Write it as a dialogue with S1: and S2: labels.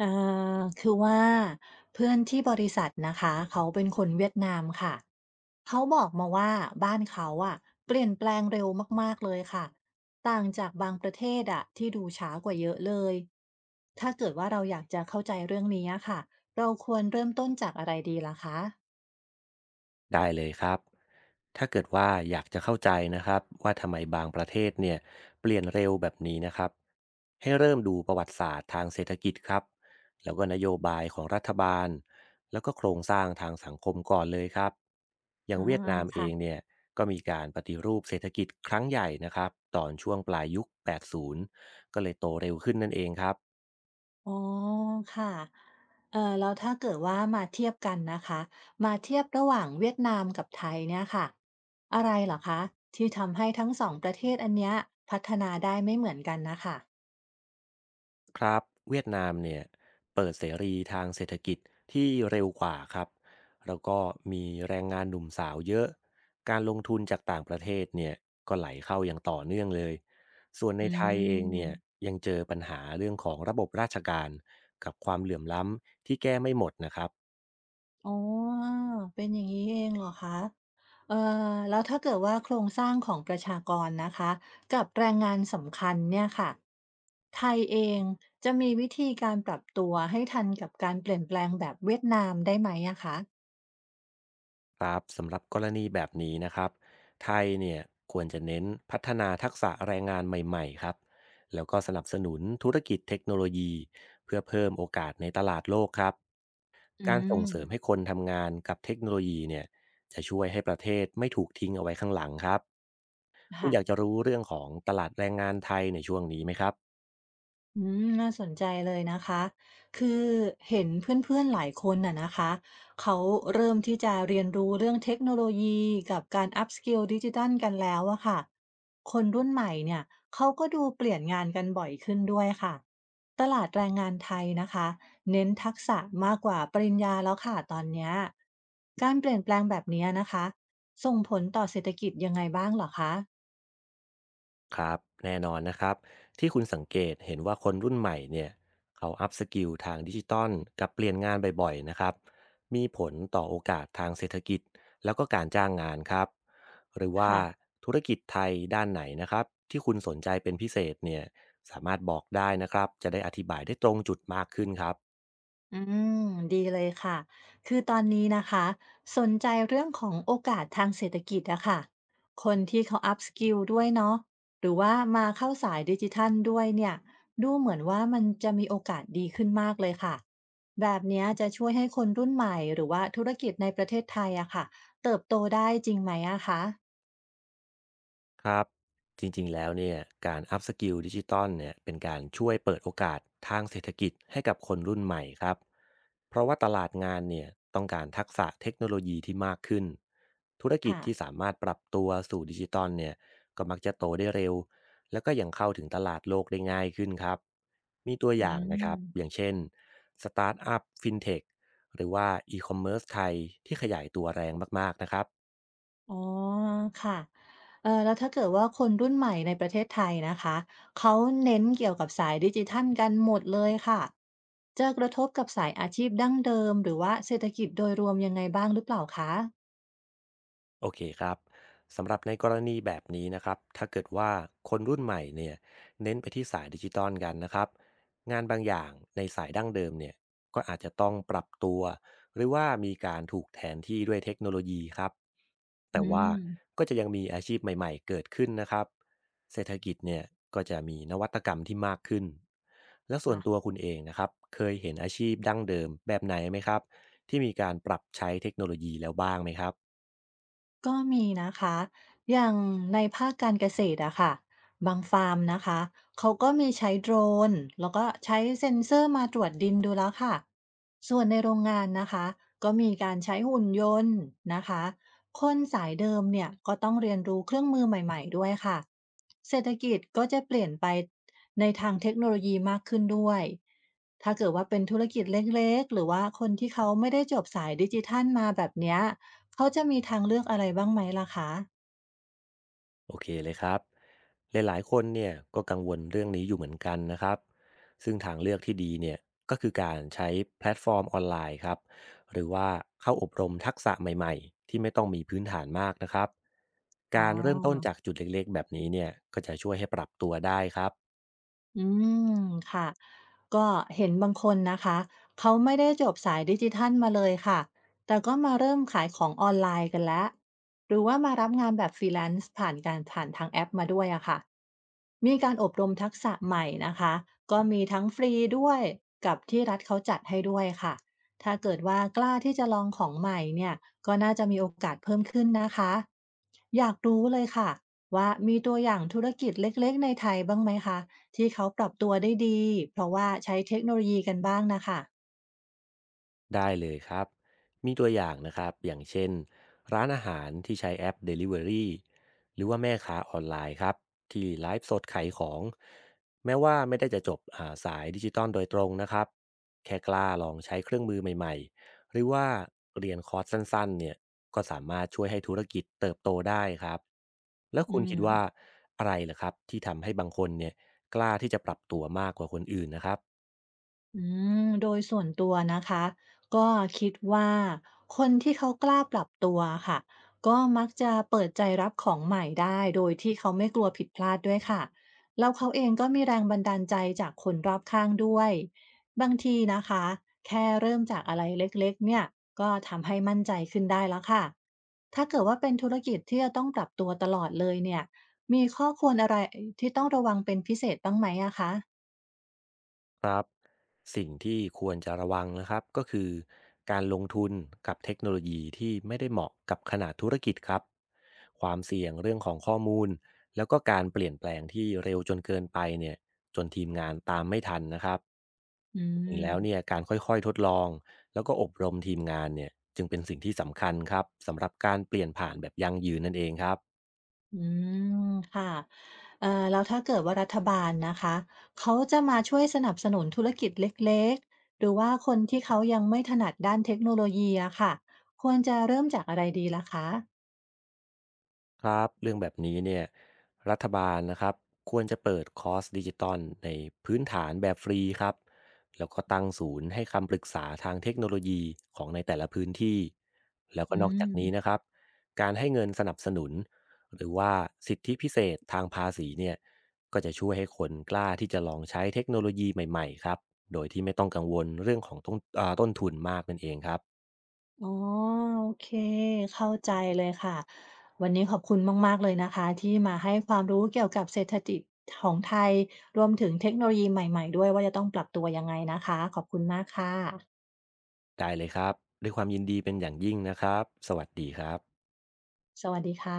S1: อ่าคือว่าเพื่อนที่บริษัทนะคะเขาเป็นคนเวียดนามค่ะเขาบอกมาว่าบ้านเขาอะเปลี่ยนแปลงเร็วมากๆเลยค่ะต่างจากบางประเทศอะที่ดูช้ากว่าเยอะเลยถ้าเกิดว่าเราอยากจะเข้าใจเรื่องนี้อะค่ะเราควรเริ่มต้นจากอะไรดีล่ะคะ
S2: ได้เลยครับ ถ้าเกิดว่าอยากจะเข้าใจนะครับว่าทำไมบางประเทศเนี่ยเปลี่ยนเร็วแบบนี้นะครับให้เริ่มดูประวัติศาสตร์ทางเศรษฐกิจครับแล้วก็นโยบายของรัฐบาลแล้วก็โครงสร้างทางสังคมก่อนเลยครับอย่าง
S1: อา
S2: เวียดนามเอง
S1: ค่ะ
S2: เนี่ยก็มีการปฏิรูปเศรษฐกิจครั้งใหญ่นะครับตอนช่วงปลายยุค80ก็เลยโตเร็วขึ้นนั่นเองครับ
S1: อ๋อค่ะแล้วถ้าเกิดว่ามาเทียบกันนะคะมาเทียบระหว่างเวียดนามกับไทยเนี่ยค่ะอะไรเหรอคะที่ทำให้ทั้งสองประเทศอันเนี้ยพัฒนาได้ไม่เหมือนกันนะคะ
S2: ครับเวียดนามเนี่ยเปิดเสรีทางเศรษฐกิจที่เร็วกว่าครับแล้วก็มีแรงงานหนุ่มสาวเยอะการลงทุนจากต่างประเทศเนี่ยก็ไหลเข้าอย่างต่อเนื่องเลยส่วนใน
S1: อื
S2: ไทยเองเนี่ย
S1: ม
S2: ยังเจอปัญหาเรื่องของระบบราชการกับความเหลื่อมล้ำที่แก้ไม่หมดนะครับ
S1: อ๋อเป็นอย่างนี้เองเหรอคะเอ่อแล้วถ้าเกิดว่าโครงสร้างของประชากรนะคะกับแรงงานสำคัญเนี่ยค่ะ ไทยเองจะมีวิธีการปรับตัวให้ทันกับการเปลี่ยนแปลงแบบเวียดนามได้ไหมอะคะ
S2: ครับสำหรับกรณีแบบนี้นะครับไทยเนี่ยควรจะเน้นพัฒนาทักษะแรงงานใหม่ๆครับแล้วก็สนับสนุนธุรกิจเทคโนโลยีเพื่อเพิ่มโอกาสในตลาดโลกครับ
S1: อื
S2: การส่งเสริมให้
S1: ม
S2: คนทำงานกับเทคโนโลยีเนี่ยจะช่วยให้ประเทศไม่ถูกทิ้งเอาไว้ข้างหลังครับคุณ
S1: ค่ะ
S2: อยากจะรู้เรื่องของตลาดแรงงานไทยในช่วงนี้ไหมครับ
S1: อืมน่าสนใจเลยนะคะคือเห็นเพื่อนๆหลายคนน่ะนะคะเขาเริ่มที่จะเรียนรู้เรื่องเทคโนโลยีกับการอัพสกิลดิจิทัลกันแล้วอะค่ะคนรุ่นใหม่เนี่ยเขาก็ดูเปลี่ยนงานกันบ่อยขึ้นด้วยค่ะตลาดแรงงานไทยนะคะเน้นทักษะมากกว่าปริญญาแล้วค่ะตอนเนี้ยการเปลี่ยนแปลงแบบเนี้ยนะคะส่งผลต่อเศรษฐกิจยังไงบ้างเหรอคะ
S2: ครับแน่นอนนะครับที่คุณสังเกตเห็นว่าคนรุ่นใหม่เนี่ยเขาอัพสกิลทางดิจิตอลกับเปลี่ยนงานบ่อยๆนะครับมีผลต่อโอกาสทางเศรษฐกิจแล้วก็การจ้างงานครับหรือว่า
S1: ค่ะ
S2: ธุรกิจไทยด้านไหนนะครับที่คุณสนใจเป็นพิเศษเนี่ยสามารถบอกได้นะครับจะได้อธิบายได้ตรงจุดมากขึ้นครับ
S1: อืมดีเลยค่ะคือตอนนี้นะคะสนใจเรื่องของโอกาสทางเศรษฐกิจอะค่ะคนที่เขาอัพสกิลด้วยเนาะหรือว่ามาเข้าสายดิจิทัลด้วยเนี่ยดูเหมือนว่ามันจะมีโอกาสดีขึ้นมากเลยค่ะแบบเนี้ยจะช่วยให้คนรุ่นใหม่หรือว่าธุรกิจในประเทศไทยอะค่ะเติบโตได้จริงไหมอะคะ
S2: ครับจริงๆแล้วเนี่ยการอัพสกิลดิจิตอลเนี่ยเป็นการช่วยเปิดโอกาสทางเศรษฐกิจให้กับคนรุ่นใหม่ครับเพราะว่าตลาดงานเนี่ยต้องการทักษะเทคโนโลยีที่มากขึ้นธุรกิจ
S1: ค่ะ
S2: ที่สามารถปรับตัวสู่ดิจิตอลเนี่ยก็มักจะโตได้เร็วแล้วก็ยังเข้าถึงตลาดโลกได้ง่ายขึ้นครับมีตัวอ
S1: อื
S2: ย่างนะครับอย่า
S1: ม
S2: งเช่นสตาร์ทอัพฟินเทคหรือว่าอีคอมเมิร์ซไทยที่ขยายตัวแรงมากๆนะครับ
S1: อ๋อค่ะแล้วถ้าเกิดว่าคนรุ่นใหม่ในประเทศไทยนะคะเขาเน้นเกี่ยวกับสายดิจิทัลกันหมดเลยค่ะจะกระทบกับสายอาชีพดั้งเดิมหรือว่าเศรษฐกิจโดยรวมยังไงบ้างหรือเปล่าคะ
S2: โอเคครับสำหรับในกรณีแบบนี้นะครับถ้าเกิดว่าคนรุ่นใหม่เนี่ยเน้นไปที่สายดิจิตอลกันนะครับงานบางอย่างในสายดั้งเดิมเนี่ยก็อาจจะต้องปรับตัวหรือว่ามีการถูกแทนที่ด้วยเทคโนโลยีครับ
S1: อื
S2: แต่ว่า
S1: ม
S2: ก็จะยังมีอาชีพใหม่ๆเกิดขึ้นนะครับเศรษฐกิจเนี่ยก็จะมีนวัตกรรมที่มากขึ้นแล้วส่วน
S1: ค่ะ
S2: ตัวคุณเองนะครับเคยเห็นอาชีพดั้งเดิมแบบไหนไหมครับที่มีการปรับใช้เทคโนโลยีแล้วบ้างไหมครับ
S1: ก็มีนะคะ อย่างในภาคการเกษตรอะค่ะ บางฟาร์มนะคะ เขาก็มีใช้โดรนแล้วก็ใช้เซ็นเซอร์มาตรวจดินดูแล้วค่ะ ส่วนในโรงงานนะคะ ก็มีการใช้หุ่นยนต์นะคะ คนสายเดิมเนี่ย ก็ต้องเรียนรู้เครื่องมือใหม่ๆด้วยค่ะเศรษฐกิจก็จะเปลี่ยนไปในทางเทคโนโลยีมากขึ้นด้วย ถ้าเกิดว่าเป็นธุรกิจเล็กๆ หรือว่าคนที่เขาไม่ได้จบสายดิจิทัลมาแบบเนี้ย เขาจะมีทางเลือกอะไรบ้างไหมล่ะคะ
S2: โอเคเลยครับหลายๆคนเนี่ยก็กังวลเรื่องนี้อยู่เหมือนกันนะครับ ซึ่งทางเลือกที่ดีเนี่ยก็คือการใช้แพลตฟอร์มออนไลน์ครับ หรือว่าเข้าอบรมทักษะใหม่ๆที่ไม่ต้องมีพื้นฐานมากนะครับ
S1: อ๋
S2: การเริ่มต้น
S1: อ
S2: จากจุดเล็กๆแบบนี้เนี่ยก็จะช่วยให้ปรับตัวได้ครับ
S1: อืมค่ะก็เห็นบางคนนะคะเขาไม่ได้จบสายดิจิทัลมาเลยค่ะแต่ก็มาเริ่มขายของออนไลน์กันแล้วหรือว่ามารับงานแบบ Freelance ผ่านการผ่านทางแอปมาด้วยอะค่ะมีการอบรมทักษะใหม่นะคะก็มีทั้งฟรีด้วยกับที่รัฐเขาจัดให้ด้วยค่ะถ้าเกิดว่ากล้าที่จะลองของใหม่เนี่ยก็น่าจะมีโอกาสเพิ่มขึ้นนะคะอยากรู้เลยค่ะว่ามีตัวอย่างธุรกิจเล็กๆในไทยบ้างไหมคะ ที่เขาปรับตัวได้ดีเพราะว่าใช้เทคโนโลยีกันบ้างนะคะ
S2: ได้เลยครับ มีตัวอย่างนะครับ อย่างเช่นร้านอาหารที่ใช้แอป Delivery หรือว่าแม่ค้าออนไลน์ครับที่ไลฟ์สดขายของแม้ว่าไม่ได้จะจบสายดิจิตอลโดยตรงนะครับแค่กล้าลองใช้เครื่องมือใหม่ๆหรือว่าเรียนคอร์สสั้นๆเนี่ยก็สามารถช่วยให้ธุรกิจเติบโตได้ครับแล้ว
S1: อื
S2: คุณคิดว่า
S1: ม
S2: อะไรล่ะครับที่ทำให้บางคนเนี่ยกล้าที่จะปรับตัวมากกว่าคนอื่นนะครับ
S1: อืมโดยส่วนตัวนะคะก็คิดว่าคนที่เขากล้าปรับตัวค่ะก็มักจะเปิดใจรับของใหม่ได้โดยที่เขาไม่กลัวผิดพลาดด้วยค่ะแล้วเขาเองก็มีแรงบันดาลใจจากคนรอบข้างด้วยบางทีนะคะแค่เริ่มจากอะไรเล็กๆเนี่ยก็ทำให้มั่นใจขึ้นได้แล้วค่ะถ้าเกิดว่าเป็นธุรกิจที่จะต้องปรับตัวตลอดเลยเนี่ยมีข้อควรอะไรที่ต้องระวังเป็นพิเศษบ้างไหมอะคะ
S2: ครับสิ่งที่ควรจะระวังนะครับก็คือการลงทุนกับเทคโนโลยีที่ไม่ได้เหมาะกับขนาดธุรกิจครับความเสี่ยงเรื่องของข้อมูลแล้วก็การเปลี่ยนแปลงที่เร็วจนเกินไปเนี่ยจนทีมงานตามไม่ทันนะครับ
S1: อื
S2: จริงๆแล้วเนี่ย
S1: ม
S2: การค่อยๆทดลองแล้วก็อบรมทีมงานเนี่ยจึงเป็นสิ่งที่สำคัญครับสำหรับการเปลี่ยนผ่านแบบยั่งยืนนั่นเองครับ
S1: อืมค่ะแล้วถ้าเกิดว่ารัฐบาลนะคะเขาจะมาช่วยสนับสนุนธุรกิจเล็กๆหรือว่าคนที่เขายังไม่ถนัดด้านเทคโนโลยีอะค่ะควรจะเริ่มจากอะไรดีล่ะคะ
S2: ครับเรื่องแบบนี้เนี่ยรัฐบาลนะครับควรจะเปิดคอร์สดิจิตอลในพื้นฐานแบบฟรีครับแล้วก็ตั้งศูนย์ให้คำปรึกษาทางเทคโนโลยีของในแต่ละพื้นที่แล้วก็
S1: อื
S2: นอกจากนี้นะค
S1: ม
S2: รับการให้เงินสนับสนุนหรือว่าสิทธิพิเศษทางภาษีเนี่ยก็จะช่วยให้คนกล้าที่จะลองใช้เทคโนโลยีใหม่ๆครับโดยที่ไม่ต้องกังวลเรื่องของต้นต้นทุนมากนั่นเองครับ
S1: อ๋อโอเคเข้าใจเลยค่ะวันนี้ขอบคุณมากๆเลยนะคะที่มาให้ความรู้เกี่ยวกับเศรษฐกิจของไทยรวมถึงเทคโนโลยีใหม่ๆด้วยว่าจะต้องปรับตัวยังไงนะคะขอบคุณมากค่ะ
S2: ได้เลยครับด้วยความยินดีเป็นอย่างยิ่งนะครับสวัสดีครับ
S1: สวัสดีค่ะ